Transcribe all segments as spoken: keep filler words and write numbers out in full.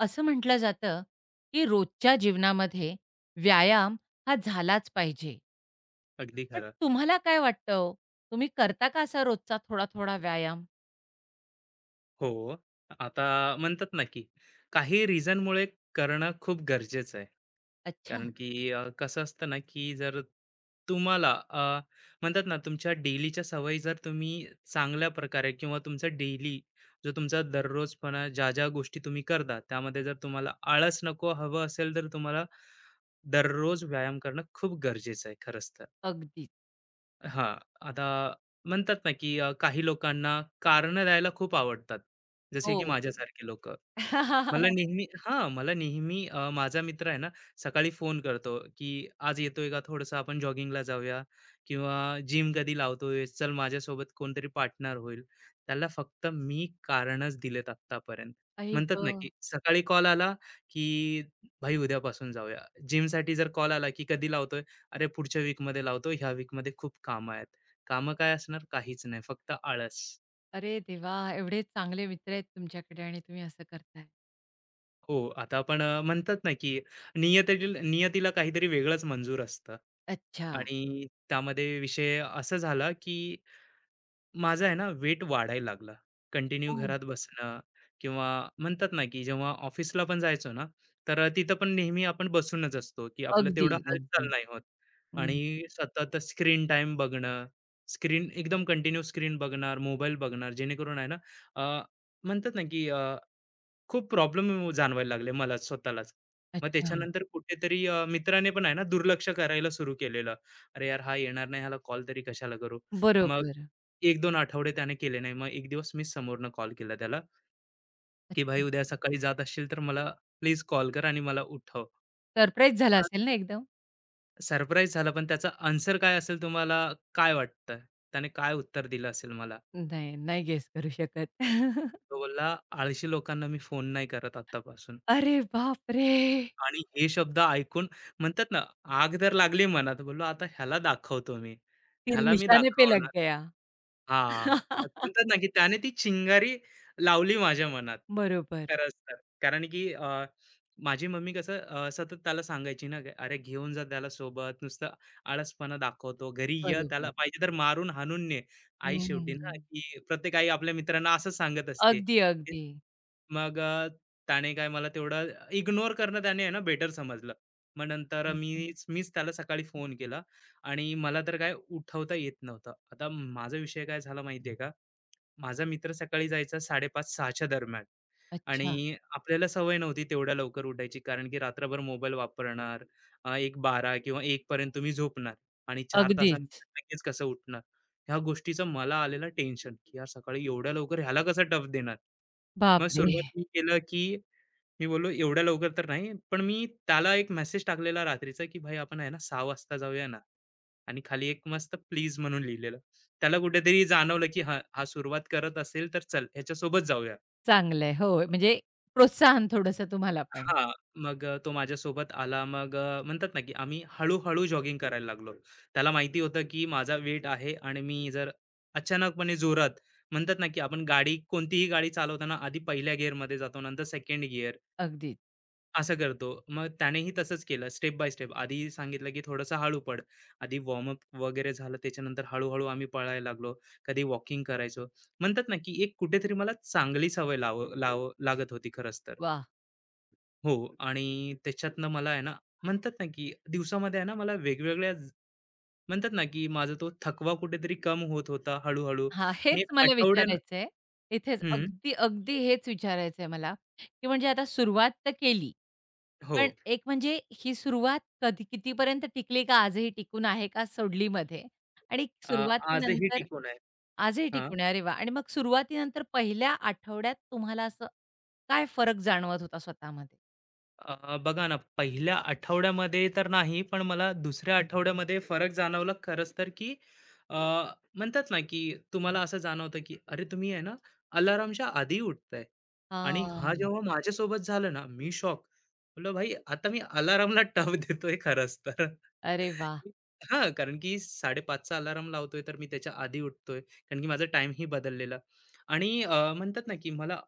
असं म्हटलं जातं, की रोजच्या जीवनामध्ये व्यायाम हा झालाच पाहिजे. अगदी पण खरं. तुम्हाला काय वाटतं हो? तुम्ही करता का असा रोजचा थोडा-थोडा व्यायाम? हो. आता म्हणतात ना, की काही रिझनमुळे करणं खूप गरजेचं आहे. अच्छा. कारण की अ, कसं असतं ना, की जर तुम्हाला अ, म्हणतात ना, तुमच्या डेलीच्या सवयी जर तुम्ही चांगल्या प्रकारे किंवा तुमचा डेली जो तुमचा दररोजपणा ज्या-ज्या गोष्टी तुम्ही करता, त्यामध्ये जर तुम्हाला आळस नको हवं असेल, तर तुम्हाला दररोज व्यायाम करणं खूप गरजेचं आहे खरंच तर. अगदी. हां, आता म्हणतात ना, की अ, काही लोकांना कारणं द्यायला खूप आवडतात. जसे की हो. माझ्यासारखे लोकं. मला नेहमी हां, मला नेहमी अ, माझा मित्र आहे ना, सकाळी फोन करतो, की "आज येतोय का? थोडंसं आपण जॉगिंगला जाऊया किंवा जिम कधी लावतोयस? चल माझ्यासोबत कोणतरी पार्टनर होईल." त्याला फक्त मी कारणच दिलेत आत्तापर्यंत. आई म्हणतात ना, गं! की सकाळी कॉल आला, की "भाई उद्यापासून जाऊया." जिमसाठी जर कॉल आला, की "कधी लावतोय?" "अरे पुढच्या वीकमध्ये लावतो. ह्या वीकमध्ये खूप कामं आहेत." कामं काय असणार? काहीच नाही, फक्त आळस. अरे देवा! एवढे चांगले मित्र आहेत तुमच्याकडे आणि तुम्ही असं करताय. हो, आता आपण अ, म्हणतात ना, की नियतीला नियतीला काहीतरी वेगळंच मंजूर असतं अच्छा. आणि त्यामध्ये विषय असा झाला, की माझा आहे ना वेट वाढायला लागला. कंटिन्यू हो. घरात बसणं किंवा म्हणतात ना, की जेव्हा ऑफिसला पण जायचो ना, तर अ, तिथं पण नेहमी आपण बसूनच असतो, की आपलं अगदी, तेवढं हालचाल अगदी. नाही होत हं. आणि सतत स्क्रीन टाईम बघणं, स्क्रीन एकदम कंटिन्यू स्क्रीन बघणार, मोबाईल बघणार, जेणेकरून आहे ना, अ, म्हणतात ना, की खूप प्रॉब्लेम जाणवायला लागले मला स्वतःलाच. मग अच्छा. त्याच्यानंतर कुठेतरी अ, मित्राने पण आहे ना दुर्लक्ष करायला सुरू केलेलं. अरे यार, हा येणार नाही, ह्याला कॉल तरी कशाला करू? मग बरोबर. एक दोन आठवडे त्याने केले नाही. मग एक दिवस मी समोरनं कॉल केला त्याला, की "भाई अच्छा. उद्या सकाळी जात असशील तर मला प्लीज कॉल कर आणि मला उठव." सरप्राईज झाला असेल ना एकदम? सरप्राईज झाला पण त्याचा आन्सर काय असेल तुम्हाला काय वाटतं? त्याने काय उत्तर दिलं असेल मला? नाही, नाही गेस करू शकत. तो बोलला, "आळशी लोकांना मी फोन नाही करत आत्तापासून." अरे बापरे! आणि हे शब्द ऐकून म्हणतात ना, आग तर लागली मनात. बोललो, "आता ह्याला दाखवतो मी. फिर ह्याला मी निशाने पे लग दाखवणार." गया. हां. म्हणतात ना, की त्याने ती चिंगारी लावली माझ्या मनात. बरोबर. खरंच तर. कारण की अ, माझी मम्मी कसं अ, सतत त्याला सांगायची ना, "अरे घेऊन जा त्याला सोबत, नुसतं आळसपणा दाखवतो. घरी ये, त्याला बरोबर. पाहिजे तर मारून हाणून ने." हं, आई हं, शेवटी ना, हं. की प्रत्येक आई आपल्या मित्रांना असंच सांगत असते. अगदी, ते अगदी. मग अ, त्याने काय मला तेवढं इग्नोर करणं त्याने आहे ना बेटर समजलं. मग नंतर हं. मीच मीच त्याला सकाळी फोन केला. आणि मला तर काय उठवता येत नव्हतं. आता माझा विषय काय झाला माहिती आहे का? माझा मित्र सकाळी जायचा साडे पाच-6च्या दरम्यान अच्छा. आणि आपल्याला सवय नव्हती तेवढ्या लवकर उठायची कारण की रात्रभर मोबाईल वापरणार, अ, एक बारा किंवा एक पर्यंत तुम्ही झोपणार आणि चार अगदीच. तासानंतर लगेच कसं उठणार? ह्या गोष्टीचं मला आलेलं टेन्शन, की यार सकाळी एवढ्या लवकर ह्याला कसं टफ देणार? मग बापरे! सुरुवात मी केलं की मी बोललो एवढ्या लवकर तर नाही, पण मी त्याला एक मेसेज टाकलेला रात्रीचा, की "भाई आपण आहे ना सहा वाजता जाऊया ना." आणि खाली एक मस्त प्लीज म्हणून लिहिलेलं. त्याला कुठेतरी जाणवलं, की हा हा सुरुवात करत असेल तर चल ह्याच्यासोबत जाऊया. चांगलं आहे. हो, म्हणजे प्रोत्साहन थोडंसं तुम्हाला पण. हां. मग अ, तो माझ्यासोबत आला. मग अ, म्हणतात ना, की आम्ही हळू-हळू जॉगिंग करायला लागलो. त्याला माहिती होतं, की माझा वेट आहे आणि मी जर अचानकपणे जोरात म्हणतात ना, की आपण गाडी कोणतीही गाडी चालवताना आधी पहिल्या गिअरमध्ये जातो, नंतर सेकंड गिअर अगदीच. असं करतो. मग त्यानेही तसंच केलं स्टेप बाय स्टेप. आधी सांगितलं, की "थोडंसं हळू पड़ आधी वॉर्मअप वगैरे झालं. त्याच्यानंतर हळू-हळू आम्ही पळायला लागलो. कधी वॉकिंग करायचो. म्हणतात ना, की एक कुठेतरी मला चांगली सवय लाव लाव लागत होती खरंच तर. वाह! हो आणि त्याच्यातनं मला आहे ना, म्हणतात ना, की दिवसामध्ये आहे ना, मला वेगवेगळ्या ज- म्हणतात ना, की माझा तो थकवा कुठेतरी कम होत होता हळू हां, हेच मी एक मला आठवड्यानं विचारायचंय. इथेच हं, अगदी, अगदी हेच विचारायचंय मला, की म्हणजे आता सुरुवात तर केली. हो. पण एक म्हणजे ही सुरुवात कधी कितीपर्यंत टिकली का आजही टिकून आहे का सोडली मध्ये? आणि अ, आजही सुरुवातीनंतर टिकून आहे. आजही टिकून आहे. अरे वाह! आणि मग सुरुवातीनंतर पहिल्या आठवड्यात तुम्हाला असं काय फरक जाणवत होता स्वतःमध्ये? अ, बघा ना, पहिल्या आठवड्यामध्ये तर नाही, पण मला दुसऱ्या हं, हं. आठवड्यामध्ये फरक जाणवला खरंच तर, की अ, म्हणतात ना, की तुम्हाला असं जाणवतं, की "अरे, तुम्ही आहे ना, अलार्मच्या आधी उठताय." आणि हा हां. जेव्हा हं. माझ्यासोबत झालं ना, मी शॉक. म्हटलं, "भाई, आता मी अलार्मला टफ देतोय खरंच तर." अरे वाह! हां, कारण की साडे पाच चा लावतोय, तर मी त्याच्या आधी उठतोय, कारण की माझा टाईमही बदललेला. आणि अ, म्हणतात ना, की मला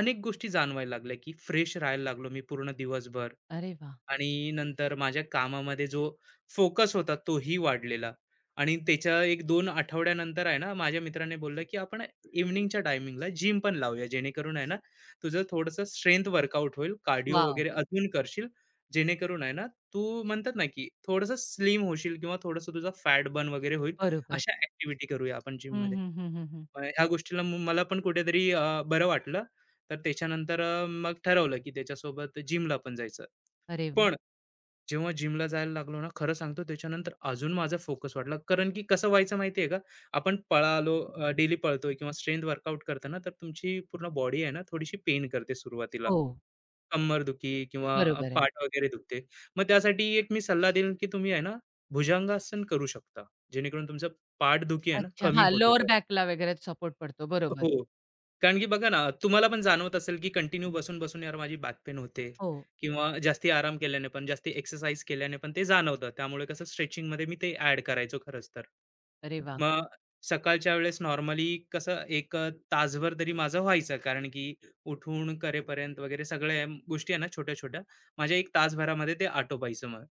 अनेक गोष्टी जाणवायला लागल्या, की फ्रेश राहायला लागलो मी पूर्ण दिवसभर अरे वाह! आणि नंतर माझ्या कामामध्ये जो फोकस होता तोही वाढलेला आणि त्याच्या एक दोन आठवड्यानंतर आहे ना, माझ्या मित्राने बोललं, की "आपण इव्हनिंगच्या टायमिंगला जिम पण लावूया, जेणेकरून आहे ना, तुझं थोडंसं स्ट्रेंथ वर्कआउट होईल, कार्डिओ वॉव! वगैरे अजून करशील, जेणेकरून आहे ना, तू म्हणतात ना, की थोडंसं स्लिम होशील किंवा थोडंसं तुझा फॅट बर्न वगैरे होईल. बरोबर. अशा ॲक्टिव्हिटी करूया आपण हं, जिममध्ये." हं, हं, हं, हं. अ, ह्या गोष्टीला म मला पण कुठेतरी अ, बरं वाटलं. तर त्याच्यानंतर अ, मग ठरवलं की त्याच्यासोबत जिमला पण जायचं. अरे वाह! पण जेव्हा जिमला जायला लागलो ना, खरं सांगतो त्याच्यानंतर अजून माझा फोकस वाढला. कारण की कसं व्हायचं माहिती आहे का? आपण पळालो डेली पळतोय किंवा स्ट्रेंथ वर्कआउट करतो तर तुमची पूर्ण बॉडी आहे ना, थोडीशी पेन करते सुरुवातीला. हो, कंबरदुखी किंवा अ, बरोबर आहे. पाठ वगैरे दुखते. मग त्यासाठी एक मी सल्ला देईन की तुम्ही आहे ना, भुजंगासन करू शकता. जेणेकरून तुमचं पाठदुखी आहे ना, अच्छा. कमी हां, होतं. लोअर बॅकला वगैरे सपोर्ट पडतो. बरोबर. हो. कारण की बघा ना, तुम्हाला पण जाणवत असेल की कंटिन्यू बसून-बसून यार माझी बॅक पेन होते हो. किंवा जास्ती आराम केल्याने पण, जास्ती एक्सरसाइज केल्याने पण ते जाणवतं. त्यामुळे कसं स्ट्रेचिंगमध्ये मी ते ॲड करायचो खरंच तर. अरे वाह! मग सकाळच्या वेळेस नॉर्मली कसं एक तासभर तरी माझं व्हायचं. कारण की उठून करेपर्यंत वगैरे सगळ्या गोष्टी आहे ना छोट्या-छोट्या, माझ्या एक तासभरामध्ये ते आटोपायचं मग.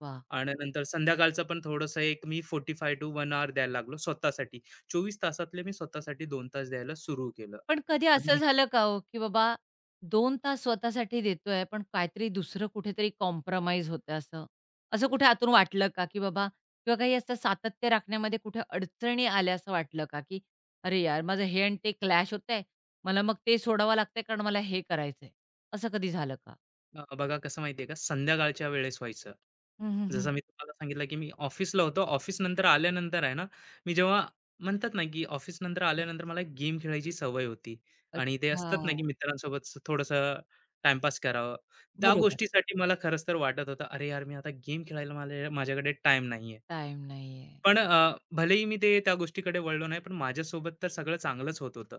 वाह! आणि नंतर संध्याकाळचं पण थोडंसं एक मी पंचेचाळीस टू एक हॉवर द्यायला लागलो स्वतःसाठी. चोवीस तासातले मी स्वतःसाठी दोन तास द्यायला सुरू केलं. पण कधी असं आणि झालं का हो, की बाबा दोन तास स्वतःसाठी देतोय, पण काहीतरी दुसरं कुठेतरी कॉम्प्रोमाईज होतंय असं? असं कुठे आतून वाटलं का, की बाबा किंवा काही असं सातत्य राखण्यामध्ये कुठे अडचणी आल्या असं वाटलं का, की "अरे यार, माझं हे आणि ते क्लॅश होतंय. मला मग ते सोडावं लागतंय कारण मला हे करायचंय." असं कधी झालं का? अ, बघा कसं माहिती आहे का, संध्याकाळच्या वेळेस व्हायचं. हं, हं, हं. जसं मी तुम्हाला सांगितलं, की मी ऑफिसला होतो. ऑफिसनंतर आल्यानंतर आहे ना, मी जेव्हा म्हणतात ना, की ऑफिसनंतर आल्यानंतर मला गेम खेळायची सवय होती आणि ते अच्छा. असतात ना, की मित्रांसोबत स थोडंसं टाईमपास करावं. त्या बरोबर. गोष्टीसाठी मला खरंच तर वाटत होतं, "अरे यार, मी आता गेम खेळायला मला माझ्याकडे टाईम नाहीये." टाईम नाहीये. पण अ, भलेही मी ते त्या गोष्टीकडे वळलो नाही, पण माझ्यासोबत तर सगळं चांगलंच होत होतं.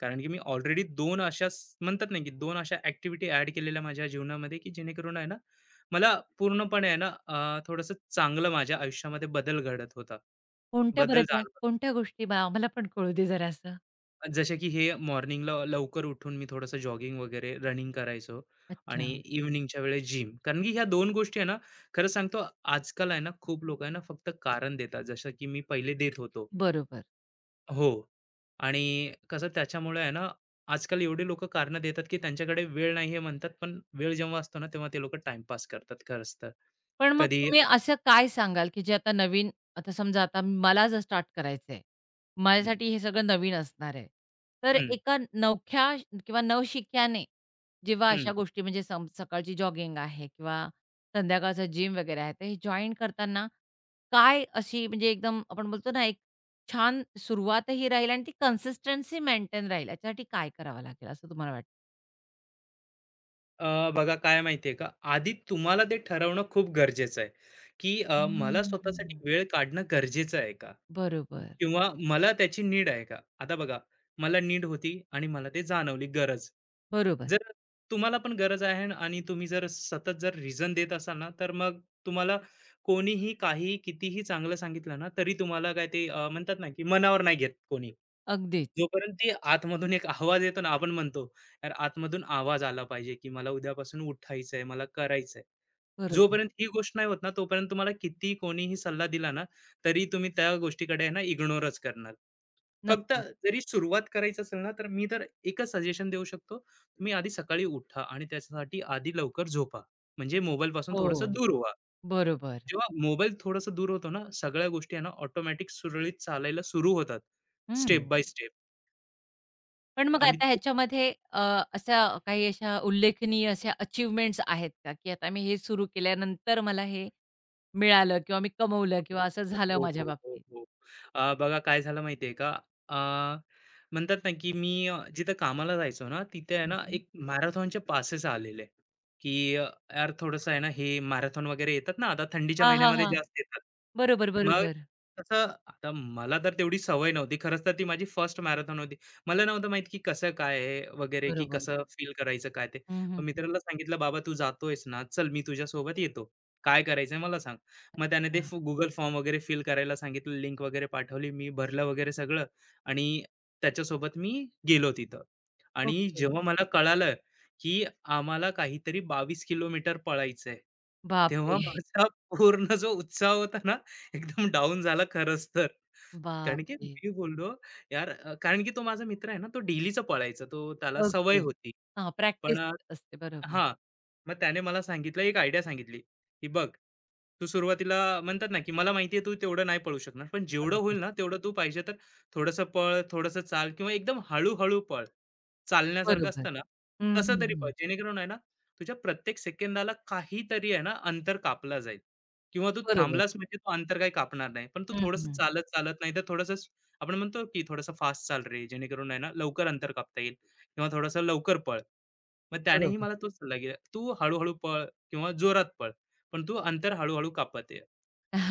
कारण की मी ऑलरेडी दोन अशा स म्हणतात ना, की दोन अशा ॲक्टिव्हिटी ॲड केलेल्या माझ्या जीवनामध्ये, की जेणेकरून आहे ना, मला पूर्णपणे आहे ना, अ, थोडंसं चांगलं माझ्या आयुष्यामध्ये बदल घडत होता. कोणत्या बरं बदल त्या? जाणवत कोणत्या गोष्टी? बा आम्हाला पण कळू दे जरासं. जसे की हे मॉर्निंगला लवकर उठून मी थोडंसं जॉगिंग वगैरे रनिंग करायचो अच्छा, आणि इव्हनिंगच्या वेळेस जिम. कारण की ह्या दोन गोष्टी आहे ना, खरं सांगतो आजकाल आहे ना, खूप लोकं आहे ना, फक्त कारण देतात. जसं की मी पहिले देत होतो. बरोबर. हो. आणि कसं त्याच्यामुळे आहे ना, आजकाल एवढी लोकं कारणं देतात, की त्यांच्याकडे वेळ नाही आहे म्हणतात, पण वेळ जेव्हा असतो ना, तेव्हा ते लोकं टाईमपास करतात खरंच तर. पण मग कधी तुम्ही असं काय सांगाल, की जे आता नवीन आता समजा आता मला जर स्टार्ट करायचंय. हं, माझ्यासाठी हे सगळं नवीन असणार आहे. तर हं, एका नवख्या किंवा नवशिक्याने जेव्हा अशा हं. गोष्टी म्हणजे सम सकाळची जॉगिंग आहे किंवा संध्याकाळचं जिम वगैरे आहे, तर हे जॉइन करताना काय अशी म्हणजे एकदम आपण बोलतो ना, एक छान सुरुवातही राहील आणि ती कन्सिस्टन्सी मेंटेन राहील, याच्यासाठी काय करावं लागेल असं तुम्हाला अ, बघा काय माहितीये का, आधी तुम्हाला ते ठरवणं खूप गरजेचं आहे, की अ, मला स्वतःसाठी हम्म. वेळ काढणं गरजेचं आहे का? बरोबर, किंवा मला त्याची नीड आहे का? आता बघा, मला नीड होती आणि मला ते जाणवली गरज. बरोबर. जर तुम्हाला पण गरज आहे न आणि तुम्ही जर सतत जर रिझन देत असाल ना, तर मग तुम्हाला कोणीही काही कितीही चांगलं सांगितलं ना, तरी तुम्हाला काय ते अ, म्हणतात ना, की मनावर नाही घेत कोणी. अगदीच, जोपर्यंत ती आतमधून एक आवाज येतो ना, आपण म्हणतो तर आतमधून आवाज आला पाहिजे, की मला उद्यापासून उठायचंय, मला करायचंय. बरोबर. जोपर्यंत ही गोष्ट नाही होत ना, तोपर्यंत तुम्हाला कितीही कोणीही सल्ला दिला ना, तरी तुम्ही त्या गोष्टीकडे आहे ना इग्नोरच करणार. फक्त नक्कीच. जरी सुरुवात करायची असेल ना, तर मी तर एकच सजेशन देऊ शकतो. तुम्ही आधी सकाळी उठा आणि त्याच्यासाठी आधी लवकर झोपा. म्हणजे मोबाईलपासून हो, थोडंसं दूर व्हा. बरोबर. जेव्हा मोबाईल थोडंसं दूर होतो ना, सगळ्या गोष्टी आहे ना ऑटोमॅटिक सुरळीत चालायला सुरू होतात, हं. स्टेप बाय स्टेप पण मग आणि आता ह्याच्यामध्ये अ, अशा काही अशा उल्लेखनीय अशा अचीव्हमेंट्स आहेत का, की आता मी हे सुरू केल्यानंतर मला हे मिळालं किंवा मी कमवलं किंवा हो, असं झालं हो, हो, माझ्या हो, बाबतीत? हो. अ, बघा काय झालं माहिती का? अ, म्हणतात ना, की मी अ, जिथं कामाला जायचो ना, तिथे आहे हं, ना, हं. एक मॅरेथॉनचे पासेस आलेले, की अ, यार थोडंसं आहे ना, हे मॅरेथॉन वगैरे येतात ना, आता थंडीच्या हां, महिन्यामध्ये हां, जास्त येतात. बरोबर, मग बरोबर, तसं आता मला तर तेवढी सवय नव्हती. खरंच तर ती माझी फर्स्ट मॅरेथॉन होती. मला नव्हतं माहीत, की कसं काय आहे वगैरे, की बरोबर. कसं फील करायचं काय ते. हं, मग हं, हं. मित्राला सांगितलं, "बाबा तू जातोयस ना, चल मी तुझ्यासोबत येतो. काय करायचंय मला सांग." मग त्याने ते अच्छा. फ फॉर्म वगैरे फिल करायला सांगितलं, लिंक वगैरे पाठवली. मी भरलं वगैरे सगळं आणि त्याच्यासोबत मी गेलो तिथं. आणि ओके. जेव्हा मला कळालं, की आम्हाला काहीतरी बावीस किलोमीटर पळायचंय. तेव्हा बापरे! माझा पूर्ण जो उत्साह होता ना, एकदम डाउन झाला खरंच तर. कारण की बापरे! मी बोललो, "यार" अ, कारण की तो माझा मित्र आहे ना, तो डेलीचा पळायचा. तो त्याला सवय ओके. होती. हां, पण प्रॅक्टिस असते. बरोबर. हां. मग त्याने मला सांगितलं, एक आयडिया सांगितली, की "बघ, तू सुरुवातीला म्हणतात ना, की मला माहिती आहे तू तेवढं नाही पळू शकणार, पण जेवढं अगदी. होईल ना तेवढं तू पाहिजे तर थोडंसं पळ, थोडंसं चाल किंवा एकदम हळू पळ. चालण्यासारखं बरोबर. असतं ना, हं, तसं हं, तरी हं. पळ. जेणेकरून आहे ना, तुझ्या प्रत्येक सेकंदाला काहीतरी आहे ना अंतर कापला जाईल किंवा तू बरोबर. थांबलास म्हणजे तो अंतर काही कापणार नाही. पण तू हं, थोडंसं हं. चालत, चालत नाही तर थोडंसं आपण म्हणतो, की थोडंसं फास्ट चाल रे, जेणेकरून आहे ना लवकर अंतर कापता येईल." किंवा थोडासा लवकर पळ. मग त्यानेही बरोबर. मला तोच सल्ला दिला, "तू हळू-हळू पळ किंवा जोरात पळ, पण तू अंतर हळू-हळू कापत ये."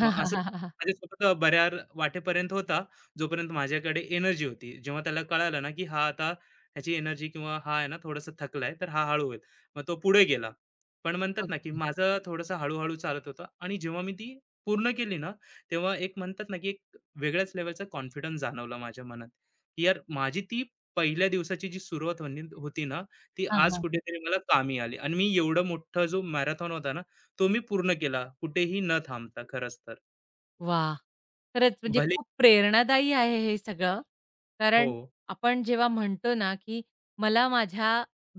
मग असं माझ्या स्वतःचा वाटेपर्यंत होता, जोपर्यंत माझ्याकडे एनर्जी होती. जेव्हा त्याला कळालं ना, की हा आता ह्याची एनर्जी किंवा हा आहे ना थोडासा थकलाय, तर हा हळू होईल. मग तो पुढे गेला. पण म्हणतात ना, की माझं थोडंसं हळू चालत होतं आणि जेव्हा मी ती पूर्ण केली ना, तेव्हा एक म्हणतात ना, की एक वेगळ्याच लेव्हलचा कॉन्फिडन्स जाणवला माझ्या मनात, की यार माझी ती पहिल्या दिवसाची जी सुरुवात होनी होती ना, ती हां, आज हां, कुठेतरी मला कामी आली आणि मी एवढा मोठा जो मॅरेथॉन होता ना, तो मी पूर्ण केला कुठेही न थांबता खरंच तर. वाह! खरंच म्हणजे भले खूप प्रेरणादायी आहे हे सगळं. हो. कारण आपण जेव्हा म्हणतो ना, की मला माझ्या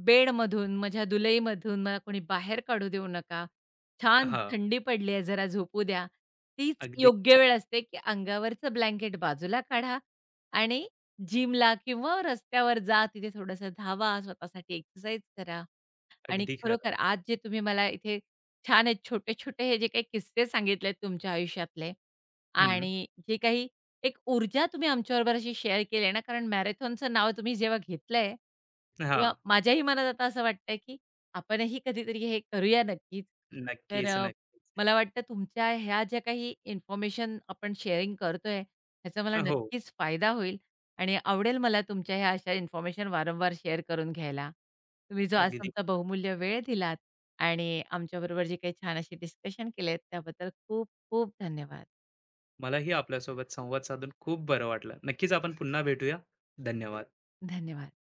बेडमधून, माझ्या दुलईमधून मला कोणी बाहेर काढू देऊ नका. छान हां. थंडी पडली आहे, जरा झोपू द्या. तीच अगदी, योग्य वेळ असते, की अंगावरचं ब्लँकेट बाजूला काढा आणि जिमला किंवा रस्त्यावर जा, तिथे थोडंसं धावा, स्वतःसाठी एक्सरसाइज करा. आणि अगदी खरं. खरोखर आज जे तुम्ही मला इथे छान आहेत छोटे-छोटे हे जे काही किस्से सांगितलेत तुमच्या आयुष्यातले हं. आणि जे काही एक ऊर्जा तुम्ही आमच्याबरोबर अशी शेअर केली आहे ना, कारण मॅरेथॉनचं नाव तुम्ही जेव्हा घेतलंय हां. तेव्हा माझ्याही मनात आता असं वाटतंय की आपणही कधीतरी हे करूया नक्कीच. तर नक्कीच, अ, नक्कीच. मला वाटतं तुमच्या ह्या ज्या काही इन्फॉर्मेशन आपण शेअरिंग करतोय, ह्याचा मला हो, नक्कीच फायदा होईल. आणि आवडेल मला तुमच्या ह्या अशा इन्फॉर्मेशन वारंवार शेअर करून घ्यायला. तुम्ही जो आज अगदी. तुमचा बहुमूल्य वेळ दिलात आणि आमच्याबरोबर जे काही छान अशी डिस्कशन केलेत त्याबद्दल खूप खूप धन्यवाद. मलाही आपल्यासोबत संवाद साधून खूप बरं वाटलं. नक्कीच आपण पुन्हा भेटूया. धन्यवाद. धन्यवाद.